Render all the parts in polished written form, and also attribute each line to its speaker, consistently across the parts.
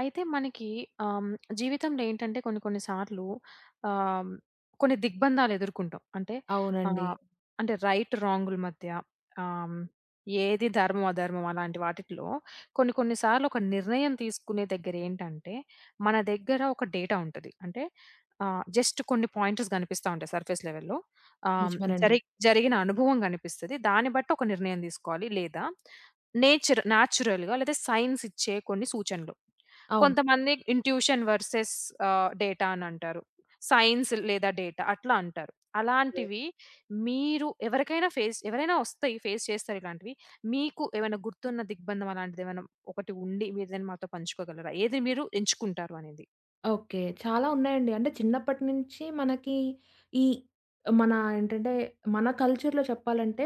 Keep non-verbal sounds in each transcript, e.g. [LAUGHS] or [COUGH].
Speaker 1: అయితే మనకి ఆహ్, జీవితంలో ఏంటంటే కొన్ని కొన్ని సార్లు ఆహ్, కొన్ని దిగ్బంధాలు ఎదుర్కుంటాం. అంటే
Speaker 2: అవునండి.
Speaker 1: ఆహ్, అంటే రైట్ రాంగుల మధ్య ఆహ్, ఏది ధర్మం, అధర్మం అలాంటి వాటిట్లో కొన్ని కొన్ని సార్లు ఒక నిర్ణయం తీసుకునే దగ్గర ఏంటంటే మన దగ్గర ఒక డేటా ఉంటది. అంటే జస్ట్ కొన్ని పాయింటర్స్ కనిపిస్తా ఉంటాయి సర్ఫేస్ లెవెల్‌లో. ఆహ్,
Speaker 2: నిజమేనండి.
Speaker 1: జరి జరిగిన అనుభవం కనిపిస్తది. దాన్ని బట్టి ఒక నిర్ణయం తీసుకోవాలి. లేదా నేచర్ న్యాచురల్‌గా లేదా సైన్స్ ఇచ్చే కొన్ని సూచనలు.
Speaker 2: అవును.
Speaker 1: కొంతమంది ఇంట్యూషన్ వర్సెస్ డేటా అనంటారు. సైన్స్ లేదా డేటా అట్లా అంటారు.
Speaker 2: ఓకే.
Speaker 1: అలాంటివి మీరు ఎవరికైనా ఫేస్ ఎవరైనా వస్తాయి. ఫేస్ చేస్తారు ఇలాంటివి. మీకు ఏమైనా గుర్తున్న దిగ్బంధం అలాంటిదేమైనా ఒకటి ఉండి మీరేదైనా మాతో పంచుకోగలరా? ఏది మీరు ఎంచుకుంటారు అనేది?
Speaker 2: ఓకే. చాలా ఉన్నాయండి. అంటే చిన్నప్పటి నుంచి మనకి ఈ మన ఏంటంటే మన కల్చర్‌లో చెప్పాలంటే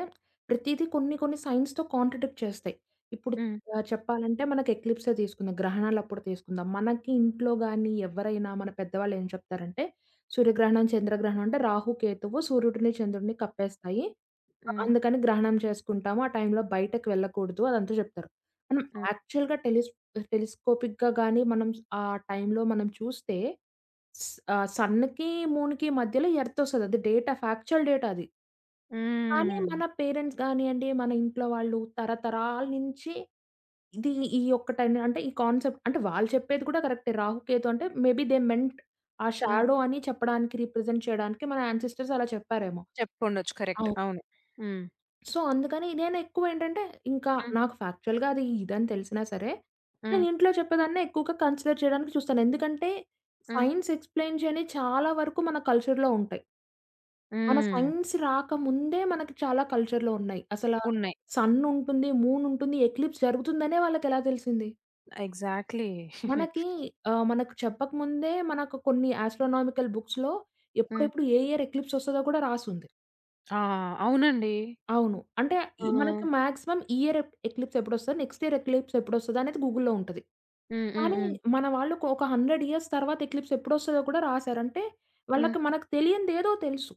Speaker 2: ప్రతీదీ కొన్ని కొన్ని సైన్స్‌తో కాంట్రడిక్ట్ చేస్తాయి. ఇప్పుడు
Speaker 1: హ్మ్.
Speaker 2: చెప్పాలంటే మనకి ఎక్లిప్సే తీసుకుందాం. గ్రహణాలప్పుడు తీసుకుందాం. మనకి ఇంట్లో గాని ఎవరైనా మన పెద్దవాళ్ళు ఏం చెప్తారంటే సూర్యగ్రహణం, చంద్రగ్రహణం అంటే రాహు, కేతువు సూర్యుడిని, చంద్రుడిని కప్పేస్తాయి.
Speaker 1: హ్మ్.
Speaker 2: అందుకని గ్రహణం చేసుకుంటాము. ఆ టైంలో బయటకి వెళ్ళకూడదు అదంతా జెప్తారు. మనం
Speaker 1: హ్మ్.
Speaker 2: యాక్చువల్‌గా టెలిస్ టెలిస్కోపిక్‌గా గాని మనం ఆ టైంలో మనం చూస్తే స్ సన్‌కి, మూన్‌కి మధ్యలో ఎర్త్ ఒస్తది. అది ఫ్యాక్చువల్ డేటా అది. కానీ
Speaker 1: హ్మ్.
Speaker 2: మన పేరెంట్స్ గానియండి, మన ఇంట్లో వాళ్ళు తరతరాల నుంచి ఇది ఈ ఒక్క టైం అంటే ఈ కాన్సెప్ట్ అంటే వాళ్ళు చెప్పేది కూడా కరెక్టే. రాహుకేతు అంటే మేబీ దే మెంట్ ఆ
Speaker 1: హ్మ్.
Speaker 2: షాడో అని చెప్పడానికి రిప్రజెంట్ చేయడానికి మన యాన్సిస్టర్స్ అలా చెప్పారేమో.
Speaker 1: చెప్పుండొచ్చు. కరెక్ట్. అవును. హ్మ్.
Speaker 2: సో, అందుకని నేను ఎక్కువేంటంటే, ఇంకా
Speaker 1: హ్మ్.
Speaker 2: నాకు ఫ్యాక్చువల్‌గా అది ఇదని తెలిసినా సరే,
Speaker 1: హ్మ్.
Speaker 2: నేను ఇంట్లో చెప్పేదాన్నే ఎక్కువగా కన్సిడర్ చేయడానికి చూస్తాను. ఎందుకంటే,
Speaker 1: హ్మ్.
Speaker 2: సైన్స్ ఎక్స్‌ప్లెయిన్ చేయనివి చాలా వరకు మన కల్చర్‌లో ఉంటాయి. మన
Speaker 1: హ్మ్.
Speaker 2: సైన్స్ రాకముందే మనకి చాలా కల్చర్‌లో ఉన్నాయి. అసలా
Speaker 1: ఉన్నాయి.
Speaker 2: సన్ ఉంటుంది, మూన్ ఉంటుంది, ఎక్లిప్స్ జరుగుతుందనే వాళ్ళకెలా తెలిసింది?
Speaker 1: ఎగ్జాక్ట్‌లీ.
Speaker 2: మనకి మనకు చెప్పకముందే మనకు కొన్ని ఆస్ట్రోనామికల్ బుక్స్‌లో
Speaker 1: హ్మ్.
Speaker 2: ఎప్పుడెప్పుడు ఏ ఇయర్ ఎక్లిప్స్ వస్తదో కూడా రాసుంది.
Speaker 1: [LAUGHS] ఆ! అవునండి.
Speaker 2: అవును. అంటే ఈ
Speaker 1: ఆ!
Speaker 2: హ్మ్. మనకి మాక్సిమం ఈ ఇయర్ ఎక్లిప్స్ ఎప్పుడొస్తది, నెక్స్ట్ ఇయర్ ఎక్లిప్స్ ఎప్పుడొస్తదనేది గూగుల్‌లో ఉంటది.
Speaker 1: హ్మ్. హ్మ్.
Speaker 2: కానీ
Speaker 1: హ్మ్.
Speaker 2: మన వాళ్ళు ఒక ఒక 100 ఇయర్స్ తర్వాత ఎక్లిప్స్ ఎప్పుడొస్తదో కూడా రాసారంటే,
Speaker 1: హ్మ్.
Speaker 2: వాళ్ళకి మనకు తెలియనిదేదో తెలుసు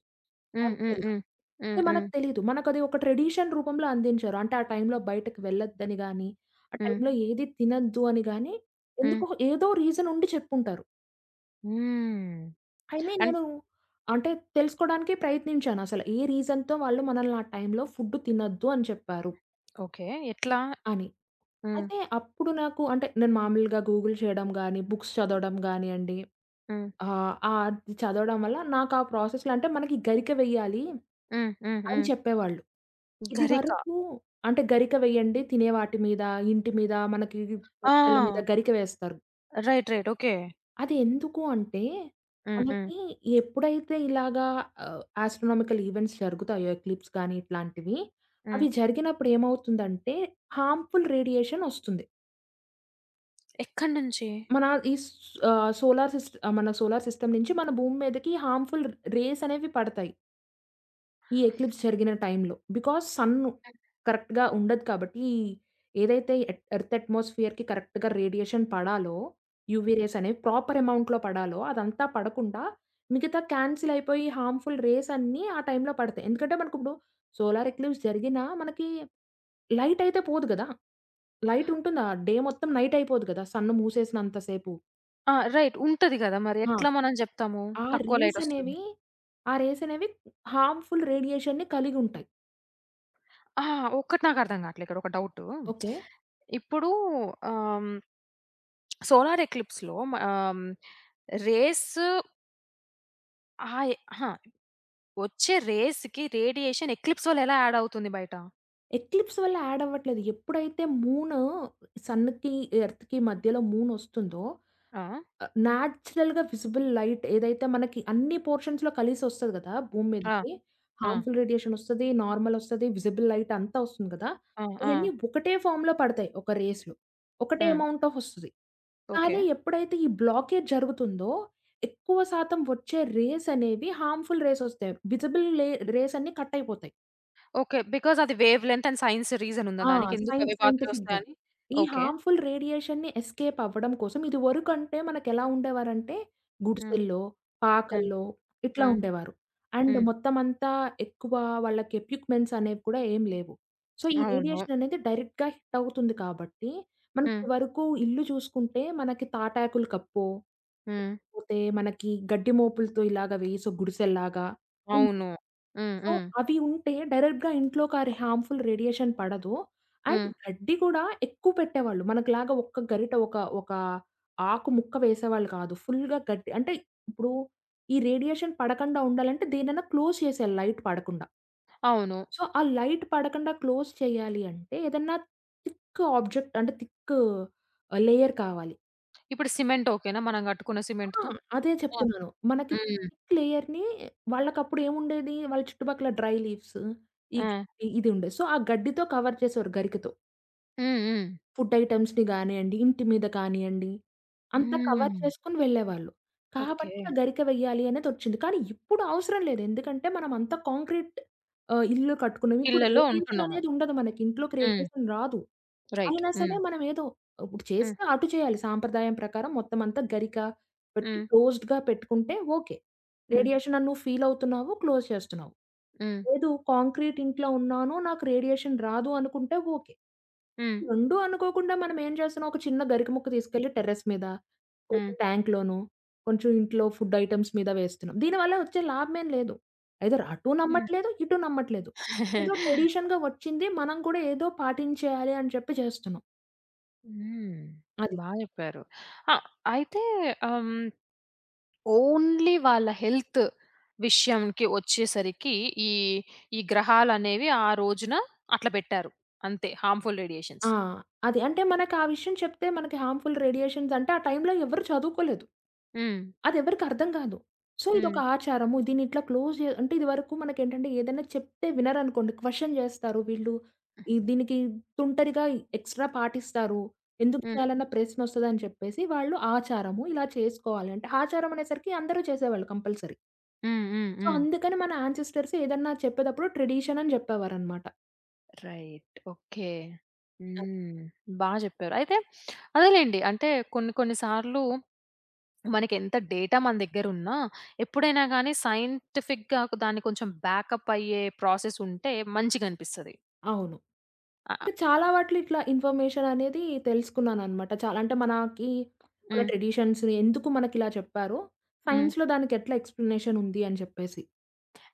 Speaker 1: హ్మ్. హ్మ్.
Speaker 2: యాక్చువల్‌గా.
Speaker 1: హ్మ్. హ్మ్.
Speaker 2: అది
Speaker 1: హ్మ్.
Speaker 2: మనకు తెలీదు. మనకది ఒక ట్రెడిషన్ రూపంలో అందించారు. అంటే ఆ టైంలో బయటకి వెళ్ళొద్దని గానీ, ఆ
Speaker 1: హ్మ్.
Speaker 2: టైంలో ఏది తినొద్దు అని గానీ,
Speaker 1: హ్మ్.
Speaker 2: ఎందుకో ఏదో రీజన్ ఉండి చెప్పుంటారు.
Speaker 1: హ్మ్.
Speaker 2: కానీ
Speaker 1: అంట్
Speaker 2: నేను అంటే తెలుసుకోవడానికే ప్రయత్నించానసల. ఏ రీజన్‌తో వాళ్ళు మనల్ని ఆ టైంలో ఫుడ్ తినొద్దు అని చెప్పారు?
Speaker 1: ఓకే. ఎట్లా?
Speaker 2: అని.
Speaker 1: హ్మ్.
Speaker 2: అయితే అప్పుడు నాకు అంటే నేను మామూలుగా గూగుల్ చేయడం గాని, బుక్స్ చదవడం గానియండి,
Speaker 1: హ్మ్.
Speaker 2: అది చదవడం వల్ల నాకు ఆ ప్రాసెస్‌లో అంటే మనకి గరిక వెయ్యాలి
Speaker 1: హ్మ్. హ్మ్.
Speaker 2: అని
Speaker 1: హ్మ్.
Speaker 2: చెప్పేవాళ్ళు.
Speaker 1: గరిక.
Speaker 2: ఇదివరకు అంటే గరిక వెయ్యండి తినే వాటి మీద, ఇంటి మీద, మనకి
Speaker 1: ఆ!
Speaker 2: పచ్చళ్ళ మీద గరిక వేస్తారు.
Speaker 1: రైట్. రైట్. ఓకే.
Speaker 2: అది ఎందుకు అంటే
Speaker 1: హ్మ్. హ్మ్.
Speaker 2: మనకి ఎప్పుడైతే ఇలాగా ఆస్ట్రోనామికల్ ఈవెంట్స్ జరుగుతాయో ఎక్లిప్స్ గాని ఇట్లాంటివి,
Speaker 1: హ్మ్.
Speaker 2: అవి జరిగినప్పుడు ఏమవుతుందంటే హార్మ్‌ఫుల్ రేడియేషన్ ఒస్తుంది.
Speaker 1: ఎక్కడి నుంచి?
Speaker 2: మన ఈ స్ ఆహ్, సోలార్ సిస్ట్ మన సోలార్ సిస్టమ్ నుంచి మన భూమి మీదకి హార్మ్‌ఫుల్ రేస్ అనేవి పడతాయి. ఈ ఎక్లిప్స్ జరిగిన టైంలో. బికాజ్ సన్ కరెక్ట్‌గా ఉండదు కాబట్టి, ఏదైతే ఎర్త్ ఎర్త్ అట్మాస్ఫియర్‌కి కరెక్ట్‌గా రేడియేషన్ పడాలో, యూవీ రేస్ అనేవి ప్రాపర్ అమౌంట్‌లో పడాలో, అదంతా పడకుండా మిగతా క్యాన్సిల్ అయిపోయి హార్మ్‌ఫుల్ రేస్ అన్నీ ఆ టైంలో పడతాయి. ఎందుకంటే మనకిప్పుడు సోలార్ ఎక్లిప్స్ జరిగినా మనకి లైట్ అయితే పోదు గదా! లైట్ ఉంటుందా? డే మొత్తం నైట్ అయిపోదు గదా! సన్ మూసేసినంత సేపు.
Speaker 1: ఆ! రైట్. ఉంటది గదా! మరి
Speaker 2: ఆ!
Speaker 1: ఎట్లా మనం జెప్తాము?
Speaker 2: ఆ
Speaker 1: తక్కువ
Speaker 2: రేస్ అనేవి,
Speaker 1: లైటొస్తుంది.
Speaker 2: ఆ రేస్ అనేవి హార్మ్‌ఫుల్ రేడియేషన్‌ని కలిగి ఉంటాయి.
Speaker 1: ఆ! ఒక్కటి నాకు అర్థం గాట్లే ఇక్కడ ఒక డౌటు.
Speaker 2: ఓకే.
Speaker 1: ఇప్పుడు ఆహ్, సోలార్ ఎక్లిప్స్‌లో రేస్ ఆయ్ అహా! వచ్చే రేస్‌కి రేడియేషన్ ఎక్లిప్స్ వల్ల ఎలా యాడ్ అవుతుంది బయట?
Speaker 2: ఎక్లిప్స్ వల్ల యాడ్ అవ్వట్లేదు. ఎప్పుడైతే మూను సన్‌కి, ఎర్త్‌కి మధ్యలో మూనొస్తుందో
Speaker 1: ఆ!
Speaker 2: న్యాచురల్‌గా విజిబుల్ లైట్ ఏదైతే మనకి అన్ని పోర్షన్స్‌లో కలిసొస్తది గదా! భూమి
Speaker 1: ఆ!
Speaker 2: మీదకి.
Speaker 1: ఆ!
Speaker 2: హార్మ్‌ఫుల్ రేడియేషన్ ఒస్తది, నార్మల్ ఒస్తది, విజిబుల్ లైట్ అంతా ఒస్తుంది గదా!
Speaker 1: ఆ! ఆ!
Speaker 2: ఇయన్నీ ఒకటే ఫార్మ్‌లో పడతాయి ఒక రేస్‌లో. ఒకటే
Speaker 1: హ్మ్.
Speaker 2: అమౌంట్ ఆఫ్ ఒస్తది.
Speaker 1: ఓకే.
Speaker 2: కానీ ఎప్పుడైతే ఈ బ్లాకేజ్ జరుగుతుందో, ఎక్కువ శాతం వచ్చే రేస్ అనేవి హార్మ్‌ఫుల్ రేస్ ఒస్తాయి. విజిబుల్ లే రేస్ అన్నీ కట్ అయిపోతాయి.
Speaker 1: ఓకే. బికాజ్ అది wavelength and science reason ఉందా
Speaker 2: ఆ!
Speaker 1: దానికి? ఎందుకు అవే పాత్రలు
Speaker 2: సైంటిఫిక్‌గా.
Speaker 1: వస్తాయని?
Speaker 2: ఈ
Speaker 1: ఓకే.
Speaker 2: హార్మ్‌ఫుల్ రేడియేషన్‌ని ఎస్కేప్ అవ్వడం కోసం ఇదివరకంటే మనకెలా ఉండేవారంటే
Speaker 1: హ్మ్.
Speaker 2: గుడిసెల్లో,
Speaker 1: హ్మ్.
Speaker 2: పాకల్లో ఇట్లా
Speaker 1: హ్మ్.
Speaker 2: ఉండేవారు. అండ్
Speaker 1: హ్మ్.
Speaker 2: మొత్తమంతా ఎక్కువ వాళ్ళకి ఎక్విప్‌మెంట్స్ అనేవి కూడా ఏం లేవు. సో, ఈ
Speaker 1: అవును.
Speaker 2: రేడియేషన్ అనేది డైరెక్ట్‌గా హిట్ అవుతుంది కాబట్టి,
Speaker 1: హ్మ్.
Speaker 2: మనకిదివరకు ఇల్లు చూసుకుంటే మనకి తాటాకుల కప్పో
Speaker 1: హ్మ్.
Speaker 2: లేకపోతే మనకి గడ్డి మోపులతో ఇలాగ వేసి ఒక గుడిసెల్లాగా ఉండేవి.
Speaker 1: అవును. హ్మ్.
Speaker 2: సో,
Speaker 1: హ్మ్.
Speaker 2: అవి ఉంటే డైరెక్ట్‌గా ఇంట్లోకి ఆ హార్మ్‌ఫుల్ రేడియేషన్ పడదు. అండ్
Speaker 1: హ్మ్.
Speaker 2: గడ్డి గూడా ఎక్కువ పెట్టేవాళ్ళు. మనకులాగా ఒక్క గరిట ఒక ఒక ఆకు ముక్క వేసేవాళ్ళు కాదు. ఫుల్‌గా గడ్డి అంటే ఇప్పుడు ఈ రేడియేషన్ పడకుండా ఉండాలంటే దేన్నైనా క్లోజ్ చేసేయాలి లైట్ పడకుండా.
Speaker 1: అవును.
Speaker 2: సో, ఆ లైట్ పడకుండా క్లోజ్ చేయాలి అంటే ఏదన్నా థిక్ ఆబ్జెక్ట్ అంటే థిక్ లేయర్ కావాలి.
Speaker 1: ఇప్పుడు సిమెంట్ ఓకేనా మనం కట్టుకున్న
Speaker 2: ఆ!
Speaker 1: సిమెంట్‌తో?
Speaker 2: అదే
Speaker 1: ఆ!
Speaker 2: చెప్తున్నాను. మనకి ఈ
Speaker 1: హ్మ్.
Speaker 2: థిక్ లేయర్‌ని వాళ్ళకప్పుడు ఏముండేది? వాళ్ళ చుట్టుపక్కల డ్రై లీవ్స్, ఈ
Speaker 1: ఆ!
Speaker 2: గడ్డి ఇది ఉండేది. సో, ఆ గడ్డితో కవర్ చేసేవారు గరికతో.
Speaker 1: హ్మ్. హ్మ్.
Speaker 2: ఫుడ్ ఐటెమ్స్‌ని గానియండి, ఇంటి మీద కానియండి, అంతా కవర్
Speaker 1: హ్మ్.
Speaker 2: చేసుకొని వెళ్ళేవాళ్ళు.
Speaker 1: ఓకే.
Speaker 2: కాబట్టి ఆ గరిక వెయ్యాలి అనేదొచ్చింది. కానీ ఇప్పుడు అవసరం లేదు. ఎందుకంటే మనం అంత కాంక్రీట్ ఇల్లు కట్టుకున్నాం. ఇప్పుడు
Speaker 1: ఇళ్లలో
Speaker 2: రేడియేషన్
Speaker 1: ఉంటున్నాము.
Speaker 2: అనేది ఉండదు మనకి. ఇంట్లోకి
Speaker 1: హ్మ్.
Speaker 2: రేడియేషన్ రాదు.
Speaker 1: రైట్.
Speaker 2: అయినా సరే
Speaker 1: హ్మ్.
Speaker 2: మనం ఏదో ఇప్పుడు
Speaker 1: హ్మ్.
Speaker 2: చేస్తే అటు చేయాలి సాంప్రదాయం ప్రకారం మొత్తం అంతా గరిక పెట్టి
Speaker 1: హ్మ్.
Speaker 2: క్లోజ్డ్‌గా పెట్టుకుంటే ఓకే.
Speaker 1: హ్మ్.
Speaker 2: రేడియేషన్ అని నువ్వు ఫీల్ అవుతున్నావు, క్లోజ్ చేస్తున్నావు.
Speaker 1: హ్మ్.
Speaker 2: లేదు. కాంక్రీట్ ఇంట్లో ఉన్నాను. నాకు రేడియేషన్ రాదు అనుకుంటే ఓకే.
Speaker 1: హ్మ్.
Speaker 2: 2 అనుకోకుండా మనం ఏం చేస్తున్నాం, ఒక చిన్న గరిక ముక్క తీసుకెళ్ళి టెర్రస్ మీద,
Speaker 1: ఆ!
Speaker 2: కొంచెం ట్యాంక్‌లోనో, కొంచెం ఇంట్లో ఫుడ్ ఐటెమ్స్ మీద వేస్తున్నాం. దీనివల్ల వచ్చే లాభమేం లేదు. ఐదర్ అటు
Speaker 1: హ్మ్.
Speaker 2: నమ్మట్లేదు, ఇటు నమ్మట్లేదు. ఏదో ట్రెడిషన్‌గా వచ్చింది. మనం కూడా ఏదో పాటించేయాలి అని చెప్పి చేస్తున్నాం.
Speaker 1: హ్మ్.
Speaker 2: అది.
Speaker 1: బా చెప్పారు. ఆ! అయితే ఆహ్, హ్మ్, ఓన్లీ వాళ్ళ హెల్త్ విషయంకి వచ్చేసరికి ఈ, ఈ గ్రహాలనేవి ఆ రోజున అట్లా పెట్టారు. అంతే హార్మ్‌ఫుల్ రేడియేషన్స్.
Speaker 2: ఆ! అది. అంటే మనకు ఆ విషయం చెప్తే మనకి హార్మ్‌ఫుల్ రేడియేషన్స్ అంటే, ఆ టైంలో ఎవరు చదువుకోలేదు.
Speaker 1: హ్మ్.
Speaker 2: అది ఎవరికీ అర్థం కాదు. సో, ఇదొక
Speaker 1: హ్మ్.
Speaker 2: ఆచారము. దీన్ని ఇట్లా క్లోజ్ జే అంటే ఇదివరకు మనకేంటంటే ఏదైనా చెప్తే వినరనుకోండి. క్వెషన్ చేస్తారు వీళ్ళు. దీనికి తుంటరిగా ఎక్స్‌ట్రా పాటిస్తారు. ఎందుకు
Speaker 1: హ్మ్.
Speaker 2: చేయాలన్న ప్రశ్నొస్తదని చెప్పేసి వాళ్ళు ఆచారము ఇలా చేసుకోవాలి అంటే, ఆచారం అనేసరికి అందరూ చేసేవాళ్ళు కంపల్సరీ.
Speaker 1: హ్మ్. హ్మ్.
Speaker 2: సో,
Speaker 1: హ్మ్.
Speaker 2: అందుకని మన యాన్సిస్టర్స్ ఏదన్నా చెప్పేటప్పుడు ట్రెడిషన్ అని చెప్పేవారనమాట.
Speaker 1: రైట్. ఓకే.
Speaker 2: అది.
Speaker 1: హ్మ్. బా చెప్పారు. అయితే అదేలెండి. అంటే కొన్ని కొన్ని సార్లు మనకెంత డేటా మన దగ్గరున్నా, ఎప్పుడైనా గానీ సైంటిఫిక్‌గా దాన్ని కొంచెం బ్యాకప్ అయ్యే ప్రాసెస్ ఉంటే మంచిగనిపిస్తది.
Speaker 2: అవును.
Speaker 1: ఆహ్,
Speaker 2: ఇంకా చాలా వాటిలో ఇట్లా ఇన్ఫర్మేషన్ అనేది తెలుసుకున్నాననమాట. చాలా అంటే మనకి మన
Speaker 1: హ్మ్.
Speaker 2: ట్రెడిషన్స్‌ని ఎందుకు మనకిలా చెప్పారో,
Speaker 1: హ్మ్.
Speaker 2: సైన్స్‌లో దానికి ఎట్లా ఎక్స్‌ప్లనేషన్ ఉంది అని చెప్పేసి.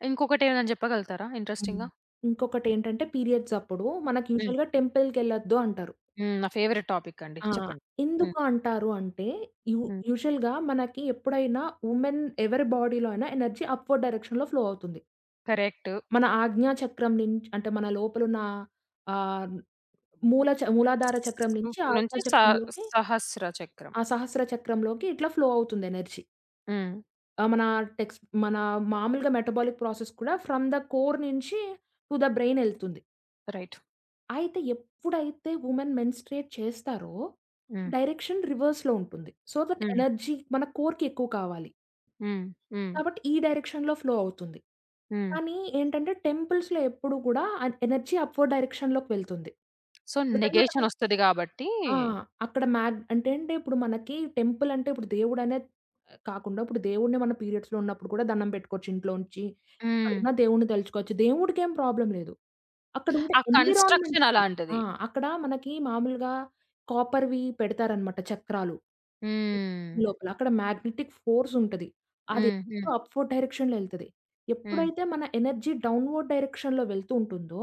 Speaker 1: ఇంకొకటేమైనా చెప్పగలుగుతారా
Speaker 2: హ్మ్.
Speaker 1: ఇంట్రెస్టింగ్‌గా?
Speaker 2: ఇంకొకటేంటంటే పీరియడ్స్ అప్పుడు మనకి
Speaker 1: హ్మ్.
Speaker 2: యూజువల్‌గా టెంపుల్‌కెళ్ళొద్దు అంటారు.
Speaker 1: హ్మ్. నా ఫేవరెట్ టాపిక్ అండి.
Speaker 2: ఆ!
Speaker 1: చెప్పండి. హ్మ్.
Speaker 2: ఎందుకు అంటారు అంటే యూ
Speaker 1: హ్మ్.
Speaker 2: యూజువల్‌గా మనకి ఎప్పుడైనా ఉమెన్ ఎవరి బాడీలో అయినా ఎనర్జీ అప్‌వర్డ్ డైరెక్షన్‌లో ఫ్లో అవుతుంది.
Speaker 1: కరెక్ట్.
Speaker 2: మన ఆజ్ఞా చక్రం నుంచి అంటే మన లోపలున్న ఆహ్, మూల చ మూలాధార చక్రం నుంచి
Speaker 1: సూప్
Speaker 2: ఆజ్ఞా
Speaker 1: నుంచి స
Speaker 2: చక్రంలోకి
Speaker 1: సహస్ర చక్రం.
Speaker 2: ఆ సహస్ర చక్రంలోకి ఇట్లా ఫ్లో అవుతుంది ఎనర్జీ.
Speaker 1: హ్మ్.
Speaker 2: ఆహ్, మన టెక్స్ట్ మన మామూలుగా మెటబాలిక్ ప్రాసెస్ కూడా ఫ్రమ్ ద కోర్ నుంచి టు ద బ్రెయిన్ ఎళ్తుంది.
Speaker 1: రైట్.
Speaker 2: అయితే ఎప్పుడైతే వుమెన్ మెన్‌స్ట్రుయేట్ చేస్తారో
Speaker 1: హ్మ్.
Speaker 2: డైరెక్షన్ రివర్స్‌లో ఉంటుంది. సో, దట్
Speaker 1: హ్మ్.
Speaker 2: ఎనర్జీ మన కోర్‌కి ఎక్కువ కావాలి.
Speaker 1: హ్మ్. హ్మ్.
Speaker 2: కాబట్టి ఈ డైరెక్షన్‌లో ఫ్లో అవుతుంది.
Speaker 1: హ్మ్.
Speaker 2: కానీ ఏంటంటే టెంపుల్స్‌లో ఎప్పుడు కూడా ఎనర్జీ అప్‌వర్డ్ డైరెక్షన్‌లోకి వెళ్తుంది.
Speaker 1: సో,
Speaker 2: ఎందుకంటే అక్కడ
Speaker 1: నెగేషనొస్తది గాబట్టి
Speaker 2: ఆ! అక్కడ మ్యాగ్ అంటే అంటే ఇప్పుడు మనకి టెంపుల్ అంటే ఇప్పుడు దేవుడనే కాకుండా, ఇప్పుడు దేవుడిని మన పీరియడ్స్‌లో ఉన్నప్పుడు కూడా దండం పెట్టుకోవచ్చు ఇంట్లోంచి.
Speaker 1: హ్మ్.
Speaker 2: ఎక్కడున్న దేవుడిని తలుచుకోవచ్చు. దేవుడికేం ప్రాబ్లమ్ లేదు. అక్కడ ఉండే
Speaker 1: ఆ కన్‌స్ట్రక్షన్
Speaker 2: ఎన్విరాన్మెంట్‌కి ఆ!
Speaker 1: అలాంటిది.
Speaker 2: అక్కడ మనకి మామూలుగా కాపర్‌వి పెడతారనమాట చక్రాలు.
Speaker 1: హ్మ్.
Speaker 2: లోపల అక్కడ మ్యాగ్నెటిక్ ఫోర్స్ ఉంటది. అది
Speaker 1: హ్మ్. హ్మ్.
Speaker 2: ఎప్పుడూ అప్ ఫోర్ డైరెక్షన్‌లో ఎళ్తది.
Speaker 1: హ్మ్.
Speaker 2: ఎప్పుడైతే మన ఎనర్జీ డౌన్‌వర్డ్ డైరెక్షన్‌లో వెళ్తూ ఉంటుందో,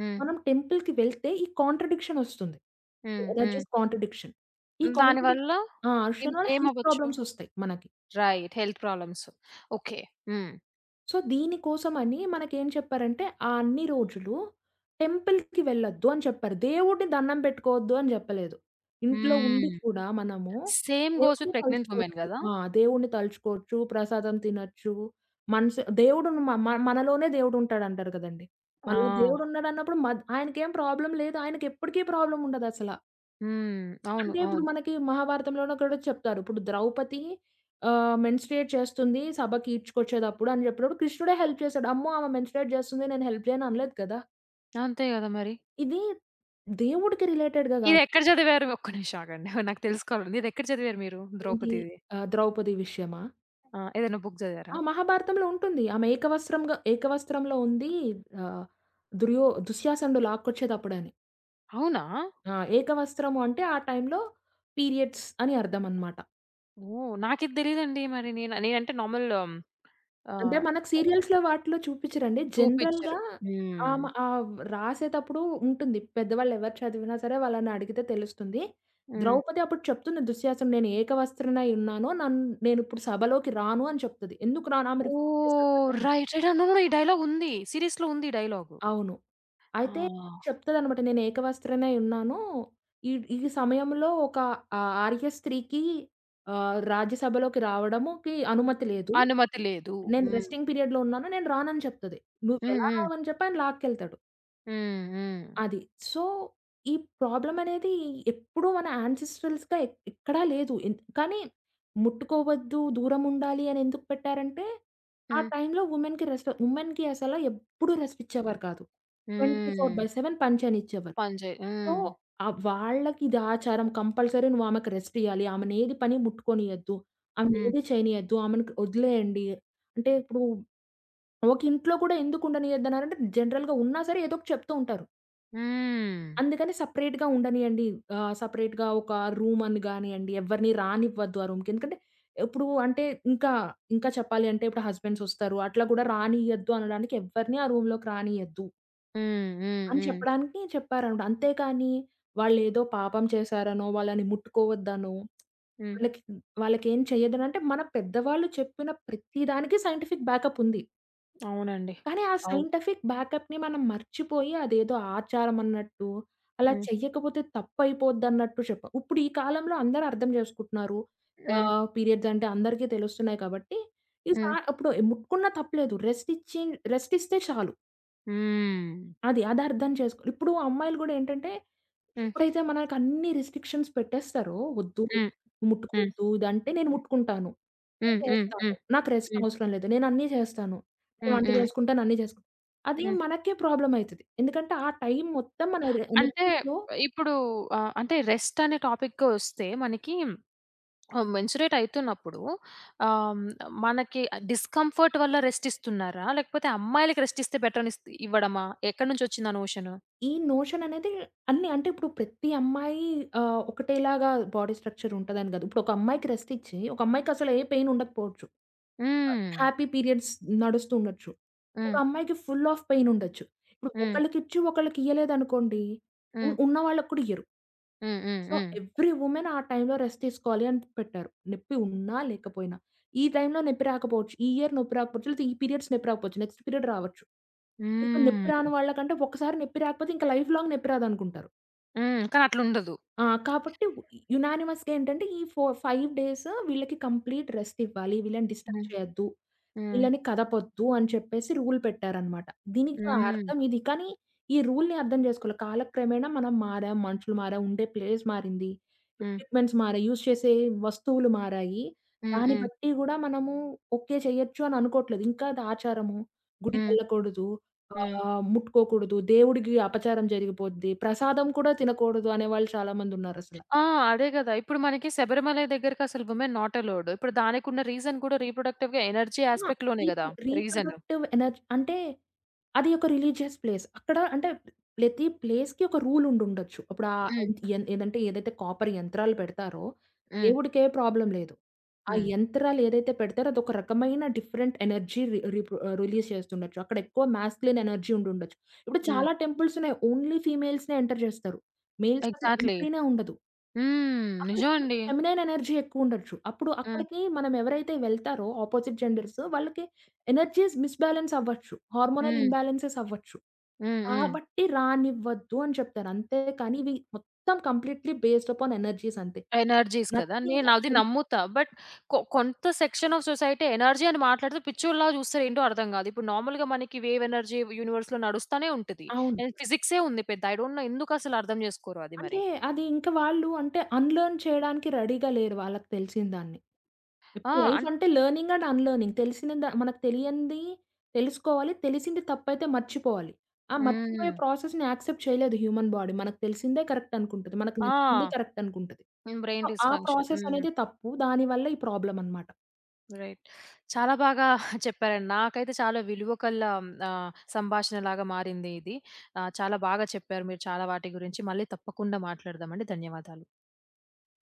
Speaker 1: హ్మ్.
Speaker 2: మనం టెంపుల్‌కి వెళ్తే ఈ కాంట్రడిక్షన్ ఒస్తుంది.
Speaker 1: హ్మ్. హ్మ్.
Speaker 2: Energies contradiction. ఈ కాంట్రడి
Speaker 1: దానివల్ల
Speaker 2: ఆ!
Speaker 1: ఏం
Speaker 2: అర్షణలో హెల్త్
Speaker 1: ఏమవ్వచ్చు?
Speaker 2: ప్రాబ్లమ్స్ ఒస్తాయి మనకి.
Speaker 1: రైట్. Health problems. ఓకే. హ్మ్.
Speaker 2: సో, దీనికోసమని మనకేం చెప్పారంటే, ఆ అన్ని రోజులు టెంపుల్‌కి వెళ్ళొద్దు అని చెప్పారు. దేవుడిని దండం పెట్టుకోవద్దు అని చెప్పలేదు. ఇంట్లో ఉండి
Speaker 1: హ్మ్.
Speaker 2: కూడా మనము
Speaker 1: సేమ్ గోస్ విత్
Speaker 2: దేవుడిని
Speaker 1: ప్రెగ్నెంట్ వుమెన్
Speaker 2: తలుచుకోవచ్చు.
Speaker 1: గదా!
Speaker 2: ఆ! దేవుడిని తలుచుకోవచ్చు, ప్రసాదం తినొచ్చు. మనసు దేవుడు మ మ మనలోనే దేవుడుంటాడంటారు కదండీ! మనలో
Speaker 1: ఆ!
Speaker 2: దేవుడున్నాడన్నప్పుడు ఆయనకేం ప్రాబ్లమ్ లేదు. ఆయనకెప్పటికి ప్రాబ్లమ్ ఉండదసల.
Speaker 1: హ్మ్. అవును.
Speaker 2: అంటే ఇప్పుడు
Speaker 1: అవును.
Speaker 2: మనకి మహాభారతంలోనే కూడా చెప్తారు. ఇప్పుడు ద్రౌపది మెన్స్ట్రుయేట్ చేస్తుంది సభకి ఈడ్చుకొచ్చేటప్పుడు అని చెప్పినప్పుడు కృష్ణుడే హెల్ప్ చేసాడు. అమ్మో! ఆమె మెన్స్ట్రుయేట్ చేస్తుంది నేను హెల్ప్ చేయను అనలేదు కదా!
Speaker 1: అంతే గదా మరి.
Speaker 2: ఇది దేవుడికి రిలేటెడ్‌గా కాదు.
Speaker 1: ఇదెక్కడ చదివారు? ఒక్క నిమిషం ఆగండి. [LAUGHS] నాకు తెలుసుకోవాలండి. ఇదెక్కడ చదివారు మీరు
Speaker 2: ఏంటి
Speaker 1: 'ద్రౌపదిది'?
Speaker 2: ద్రౌపది విషయమా?
Speaker 1: ఆ! ఏదైనా బుక్
Speaker 2: ఆ!
Speaker 1: చదివారా?
Speaker 2: మహాభారతంలో ఉంటుంది. ఆమె ఏకవస్త్రంలో ఉంది. ఆహ్, దుర్యో దుశ్యాసనుడు లాక్కొచ్చేటప్పుడని.
Speaker 1: అవునా?
Speaker 2: ఆ! ఏకవస్త్రము అంటే ఆ టైంలో పీరియడ్స్ అని అర్థమనమాట.
Speaker 1: ఓహ్! నాకిది తెలీదండి మరి. నేనంటే నార్మల్
Speaker 2: అంటే మనకు సీరియల్స్‌లో వాటిలో చూపిచ్చరండి.
Speaker 1: 2
Speaker 2: జనరల్‌గా
Speaker 1: పిక్చర్. హ్మ్.
Speaker 2: రాసేటప్పుడు ఉంటుంది. పెద్దవాళ్ళు ఎవరు చదివినా సరే వాళ్ళని అడిగితే తెలుస్తుంది.
Speaker 1: హ్మ్.
Speaker 2: ద్రౌపది అప్పుడు చెప్తుంది దుశ్శాసనుడు, "నేను ఏకవస్త్రనై ఉన్నాను. నేనిప్పుడు సభలోకి రాను" అని చెప్తది. ఎందుకు రాను? ఆమె రిఫ్యూజ్ చేస్తది
Speaker 1: ఓహ్!
Speaker 2: కదా!
Speaker 1: రైట్. రైట్. నో. నో. ఈ డైలాగ్ ఉంది. సీరీస్‌లో ఉంది ఈ డైలాగు.
Speaker 2: అవును.
Speaker 1: ఆ!
Speaker 2: అయితే చెప్తదనమాట నేను ఏకవస్త్రనై ఉన్నాను. ఈ ఈ సమయంలో ఒక ఆర్య స్త్రీకి రాజ్యసభలోకి రావడముకి అనుమతి లేదు.
Speaker 1: అనుమతి లేదు.
Speaker 2: నేను
Speaker 1: హ్మ్.
Speaker 2: రెస్టింగ్ పీరియడ్‌లో ఉన్నాను. నేను రానని చెప్తది.
Speaker 1: హ్మ్.
Speaker 2: నువ్వెలా
Speaker 1: హ్మ్.
Speaker 2: రావని చెప్పి ఆయన లాక్కెళ్తాడు.
Speaker 1: హ్మ్. హ్మ్.
Speaker 2: అది. సో, ఈ ప్రాబ్లమనేది ఎప్పుడూ మన యాన్సెస్ట్రల్స్‌గా ఎక్కడా లేదు. కానీ ముట్టుకోవద్దు, దూరముండాలి అని ఎందుకు పెట్టారంటే, ఆ
Speaker 1: హ్మ్.
Speaker 2: టైంలో వుమెన్‌కి అసల ఎప్పుడూ రెస్ట్ ఇచ్చేవారు కాదు.
Speaker 1: హ్మ్.
Speaker 2: 24/7 పని చేయనిచ్చేవారు.
Speaker 1: పని జే
Speaker 2: సో,
Speaker 1: హ్మ్.
Speaker 2: వాళ్ళకి ఇది ఆచారం కంపల్సరీ నువ్వు ఆమెకి రెస్ట్ ఇయ్యాలి. ఆమెనేది పని ముట్టుకోనియద్దు.
Speaker 1: హ్మ్.
Speaker 2: ఆమెనేది చేయనియద్దు. ఆమెను వదిలేయండి. అంటే ఇప్పుడు ఒక ఇంట్లో కూడా ఎందుకు ఉండనియద్దన్నారంటే జనరల్‌గా ఉన్నా సరే ఏదో ఒకటి చెప్తూ ఉంటారు.
Speaker 1: హ్మ్.
Speaker 2: అందుకని సెపరేట్‌గా ఉండనియండి. సెపరేట్‌గా ఒక రూమ్ అని గానియండి, ఎవరిని రానివ్వద్దు ఆ రూమ్‌కి. ఎందుకంటే ఇప్పుడు అంటే ఇంకా, ఇంకా చెప్పాలి అంటే ఇప్పుడు హస్బెండ్స్ వస్తారు. అట్లా కూడా రానియద్దు అనడానికి ఎవ్వరిని ఆ రూమ్‌లోకి రానియద్దు
Speaker 1: హ్మ్. హ్మ్.
Speaker 2: అని
Speaker 1: హ్మ్.
Speaker 2: చెప్పడానికి చెప్పారనమాట. అంతేకాని వాళ్ళేదో పాపం చేశారనో, వాళ్ళని ముట్టుకోవద్దనో,
Speaker 1: హ్మ్.
Speaker 2: వాళ్ళకి వాళ్ళకేం చేయదనంటే మన పెద్దవాళ్ళు చెప్పిన ప్రతి దానికి సైంటిఫిక్ బ్యాకప్ ఉంది.
Speaker 1: అవునండి.
Speaker 2: కానీ ఆ
Speaker 1: అవును.
Speaker 2: సైంటిఫిక్ బ్యాకప్‌ని మనం మర్చిపోయి అదేదో ఆచారం అన్నట్టు, అలా
Speaker 1: హ్మ్.
Speaker 2: చెయ్యకపోతే తప్పయిపోద్దన్నట్టు ఇప్పుడు ఈ కాలంలో అందరూ అర్థం చేసుకుంటున్నారు.
Speaker 1: హ్మ్.
Speaker 2: పీరియడ్స్ అంటే అందరికీ తెలుస్తున్నాయి కాబట్టి, ఈ సా
Speaker 1: హ్మ్.
Speaker 2: ఇప్పుడు ముట్టుకున్నా తప్పులేదు. రెస్ట్ ఇస్తే చాలు.
Speaker 1: హ్మ్.
Speaker 2: అది అది అర్థం చేసుకో ఇప్పుడు అమ్మాయిలు గూడా ఏంటంటే,
Speaker 1: హ్మ్.
Speaker 2: ఎప్పుడైతే మనకన్ని రిస్ట్రిక్షన్స్ పెట్టేస్తారో, వద్దు
Speaker 1: హ్మ్. హ్మ్.
Speaker 2: ముట్టుకోవద్దు ఇదంటే నేను ముట్టుకుంటాను. నేను
Speaker 1: హ్మ్. హ్మ్.
Speaker 2: చేస్తాను.
Speaker 1: హ్మ్.
Speaker 2: నాకు రెస్ట్
Speaker 1: హ్మ్.
Speaker 2: అవసరం లేదు. నేనన్నీ చేస్తాను. నేను
Speaker 1: హ్మ్.
Speaker 2: వంట
Speaker 1: హ్మ్.
Speaker 2: చేసుకుంటాను, అన్నీ చేసుకుంటాను. అది
Speaker 1: హ్మ్.
Speaker 2: మనకే ప్రాబ్లమ్ అయితది. ఎందుకంటే ఆ టైం మొత్తం మన
Speaker 1: అంటే
Speaker 2: ఎనర్జీ‌లో
Speaker 1: ఇప్పుడు అంటే రెస్ట్ అనే టాపిక్‌కొస్తే మనకి ఆ! మెన్స్‌రేట్ అయితున్నప్పుడు ఆహ్, మనకి డిస్కంఫర్ట్ వల్ల రెస్ట్ ఇస్తున్నారా? లేకపోతే అమ్మాయిలకి రెస్ట్ ఇస్తే బెటర్ అని ఇవ్వడమా? ఎక్కడి నుంచొచ్చింది ఆ నోషను?
Speaker 2: ఈ నోషన్ అనేది అన్ని అంటే ఇప్పుడు ప్రతి అమ్మాయి ఒకటేలాగా బాడీ స్ట్రక్చర్ ఉంటదని కాదు. ఇప్పుడు ఒక అమ్మాయికి రెస్ట్ ఇచ్చి, ఒక అమ్మాయికి అసలు ఏ పెయిన్ ఉండకపోవచ్చు.
Speaker 1: హ్మ్.
Speaker 2: హ్యాపీ పీరియడ్స్ నడుస్తూ ఉండొచ్చు. ఒక
Speaker 1: హ్మ్.
Speaker 2: అమ్మాయికి ఫుల్ ఆఫ్ పెయిన్ ఉండొచ్చు. ఇప్పుడు
Speaker 1: హ్మ్.
Speaker 2: ఒకళ్ళకిచ్చి ఒకళ్ళకియ్యలేదనుకోండి,
Speaker 1: హ్మ్.
Speaker 2: ఉన్న వాళ్ళకి కూడా ఇయ్యరు.
Speaker 1: హ్మ్. హ్మ్.
Speaker 2: సో,
Speaker 1: హ్మ్.
Speaker 2: ఎవ్రి వుమెన్ ఆ టైంలో రెస్ట్ తీసుకోవాలి అని పెట్టారు. నొప్పి ఉన్నా, లేకపోయినా. ఈ టైంలో నొప్పి రాకపోవచ్చు. ఈ ఇయర్ నొప్పి రాకపోవచ్చు. లేతే ఈ పీరియడ్స్ నొప్పి రాకపోవచ్చు. నెక్స్ట్ పీరియడ్ రావచ్చు. ఇప్పుడు నొప్పి
Speaker 1: హ్మ్.
Speaker 2: రాని వాళ్ళకంటే ఒకసారి నొప్పి రాకపోతే ఇంకా లైఫ్ లాంగ్ నొప్పి రాదనుకుంటారు.
Speaker 1: హ్మ్. కానీ అట్లుండదు.
Speaker 2: ఆ! కాబట్టి యునానిమస్‌గా ఏంటంటే ఈ ఫో 5 డేస్ వీళ్ళకి కంప్లీట్ రెస్ట్ ఇవ్వాలి. వీళ్ళని డిస్టర్బ్
Speaker 1: హ్మ్.
Speaker 2: చేయొద్దు.
Speaker 1: హ్మ్.
Speaker 2: వీళ్ళని కదపొద్దు అని చెప్పేసి రూల్ పెట్టారనమాట. దీనికి
Speaker 1: హ్మ్.
Speaker 2: అర్థం ఇది. కానీ ఈ రూల్‌ని అర్థం చేసుకోవాలి. కాలక్రమేణా మనం మారాం, మనుషులు మారాం, ఉండే ప్లేస్ మారింది,
Speaker 1: హ్మ్.
Speaker 2: ఎక్విప్‌మెంట్స్ మారాయి, యూజ్ చేసే వస్తువులు మారాయి.
Speaker 1: హ్మ్.
Speaker 2: దాన్ని
Speaker 1: హ్మ్.
Speaker 2: బట్టి గూడా మనము ఓకే చేయొచ్చు అని అనుకోవట్లేదు. ఇంకా అది ఆచారము,
Speaker 1: హ్మ్.
Speaker 2: గుడికెళ్ళకూడదు,
Speaker 1: హ్మ్.
Speaker 2: ముట్టుకోకూడదు, దేవుడికి అపచారం జరిగిపోద్ది, ప్రసాదం కూడా తినకూడదు అనేవాళ్ళు చాలామందున్నారసల.
Speaker 1: ఆ! అదే గదా! ఇప్పుడు మనకి శబరిమల దగ్గరకి అసలు వుమెన్ నాట్ అలౌడ్. ఇప్పుడు దానికున్న రీజన్ కూడా రీప్రొడక్టివ్‌గా ఎనర్జీ
Speaker 2: ఆ!
Speaker 1: యాస్పెక్ట్ లోనే
Speaker 2: రీప్
Speaker 1: గదా! రీజను.
Speaker 2: రీప్రొడక్టివ్ ఎనర్జీ అంటే అది ఒక రిలీజియస్ ప్లేస్. అక్కడ అంటే ప్రతి ప్లేస్‌కి ఒక రూల్ ఉండుండొచ్చు. ఇప్పుడు ఆహ్,
Speaker 1: హ్మ్.
Speaker 2: ఏన్ ఏదంటే ఏదైతే కాపర్ యంత్రాలు పెడతారో
Speaker 1: హ్మ్.
Speaker 2: దేవుడికే ప్రాబ్లమ్ లేదు. ఆ
Speaker 1: హ్మ్.
Speaker 2: యంత్రాలు ఏదైతే పెడతారో అదొక రకమైన డిఫరెంట్ ఎనర్జీ రిలీజ్ చేస్తుండొచ్చు. అక్కడ ఎక్కువ మాస్కులిన్ ఎనర్జీ ఉండుండొచ్చు. ఇప్పుడు
Speaker 1: హ్మ్.
Speaker 2: చాలా టెంపుల్స్ ఉన్నాయి. ఓన్లీ ఫీమేల్స్‌నే ఎంటర్ చేస్తారు. మేల్స్ అసలు
Speaker 1: ఎగ్జాక్ట్‌లీ.
Speaker 2: ఎంట్రీనే ఉండదు.
Speaker 1: హ్మ్.
Speaker 2: అక్కడ
Speaker 1: నిజమండి.
Speaker 2: ఫెమినైన్ ఎనర్జీ ఎక్కువుండొచ్చు. అప్పుడు
Speaker 1: హ్మ్.
Speaker 2: అక్కడికి మనం ఎవరైతే వెళ్తారో అపోజిట్ జెండర్స్ వాళ్ళకి ఎనర్జీస్ మిస్‌బాలన్స్ అవ్వచ్చు. హార్మోనల్
Speaker 1: హ్మ్.
Speaker 2: ఇంబాలెన్సెస్ అవ్వచ్చు.
Speaker 1: హ్మ్. హ్మ్.
Speaker 2: కాబట్టి రానివ్వద్దు అని చెప్తారు. అంతే కానీ ఇవి మొత్తం కంప్లీట్‌లీ బేస్డ్ అపాన్ ఎనర్జీస్ అంతే.
Speaker 1: ఎనర్జీస్ కదా!
Speaker 2: నథింగ్
Speaker 1: నేనది నమ్ముతా. బట్ కొంత సెక్షన్ ఆఫ్ సొసైటీ ఎనర్జీ అని మాట్లాడితే పిచ్చోల్లాగా చూస్తారు. ఏంటో అర్థం కాదు. ఇప్పుడు నార్మల్‌గా మనకి వేవ్ ఎనర్జీ యూనివర్స్‌లో నడుస్తానే ఉంటది.
Speaker 2: అవును.
Speaker 1: అండ్ ఫిజిక్సే ఉంది పెద్ద. ఐ డోంట్ నో ఎందుకసలు అర్థం చేసుకోరు అది
Speaker 2: అంటే
Speaker 1: మరి.
Speaker 2: అది ఇంకా వాళ్ళు అంటే అన్‌లెర్న్ చేయడానికి రెడీగా లేరు వాళ్ళకి తెలిసిన దాన్ని.
Speaker 1: ఆ!
Speaker 2: ఇప్పుడు లైఫ్
Speaker 1: అన్
Speaker 2: అంటే లెర్నింగ్ అండ్ అన్‌లెర్నింగ్. తెలిసిన ద మనకు తెలియంది తెలుసుకోవాలి. తెలిసింది తప్పైతే మర్చిపోవాలి. ఆ
Speaker 1: హ్మ్.
Speaker 2: మర్చిపోయే ప్రాసెస్‌ని యాక్సెప్ట్ చేయలేదు హ్యూమన్ బాడీ. మనకు తెలిసిందే కరెక్ట్ అనుకుంటది. మనకు
Speaker 1: ఆ!
Speaker 2: నచ్చిందే కరెక్ట్ అనుకుంటది.
Speaker 1: హ్మ్.
Speaker 2: సో,
Speaker 1: బ్రెయిన్
Speaker 2: ఆ
Speaker 1: డిస్‌ఫంక్షన్.
Speaker 2: ప్రాసెస్
Speaker 1: హ్మ్.
Speaker 2: అనేది తప్పు. దానివల్ల ఈ ప్రాబ్లమ్ అన్నమాట.
Speaker 1: రైట్. చాలా బాగా [LAUGHS] చెప్పారండి. నాకైతే చాలా విలువ కల్ల సంభాషణలాగా మారింది ఇది. చాలా బాగా చెప్పారు మీరు చాలా వాటి గురించి. మళ్ళీ తప్పకుండా మాట్లాడదామండి. ధన్యవాదాలు.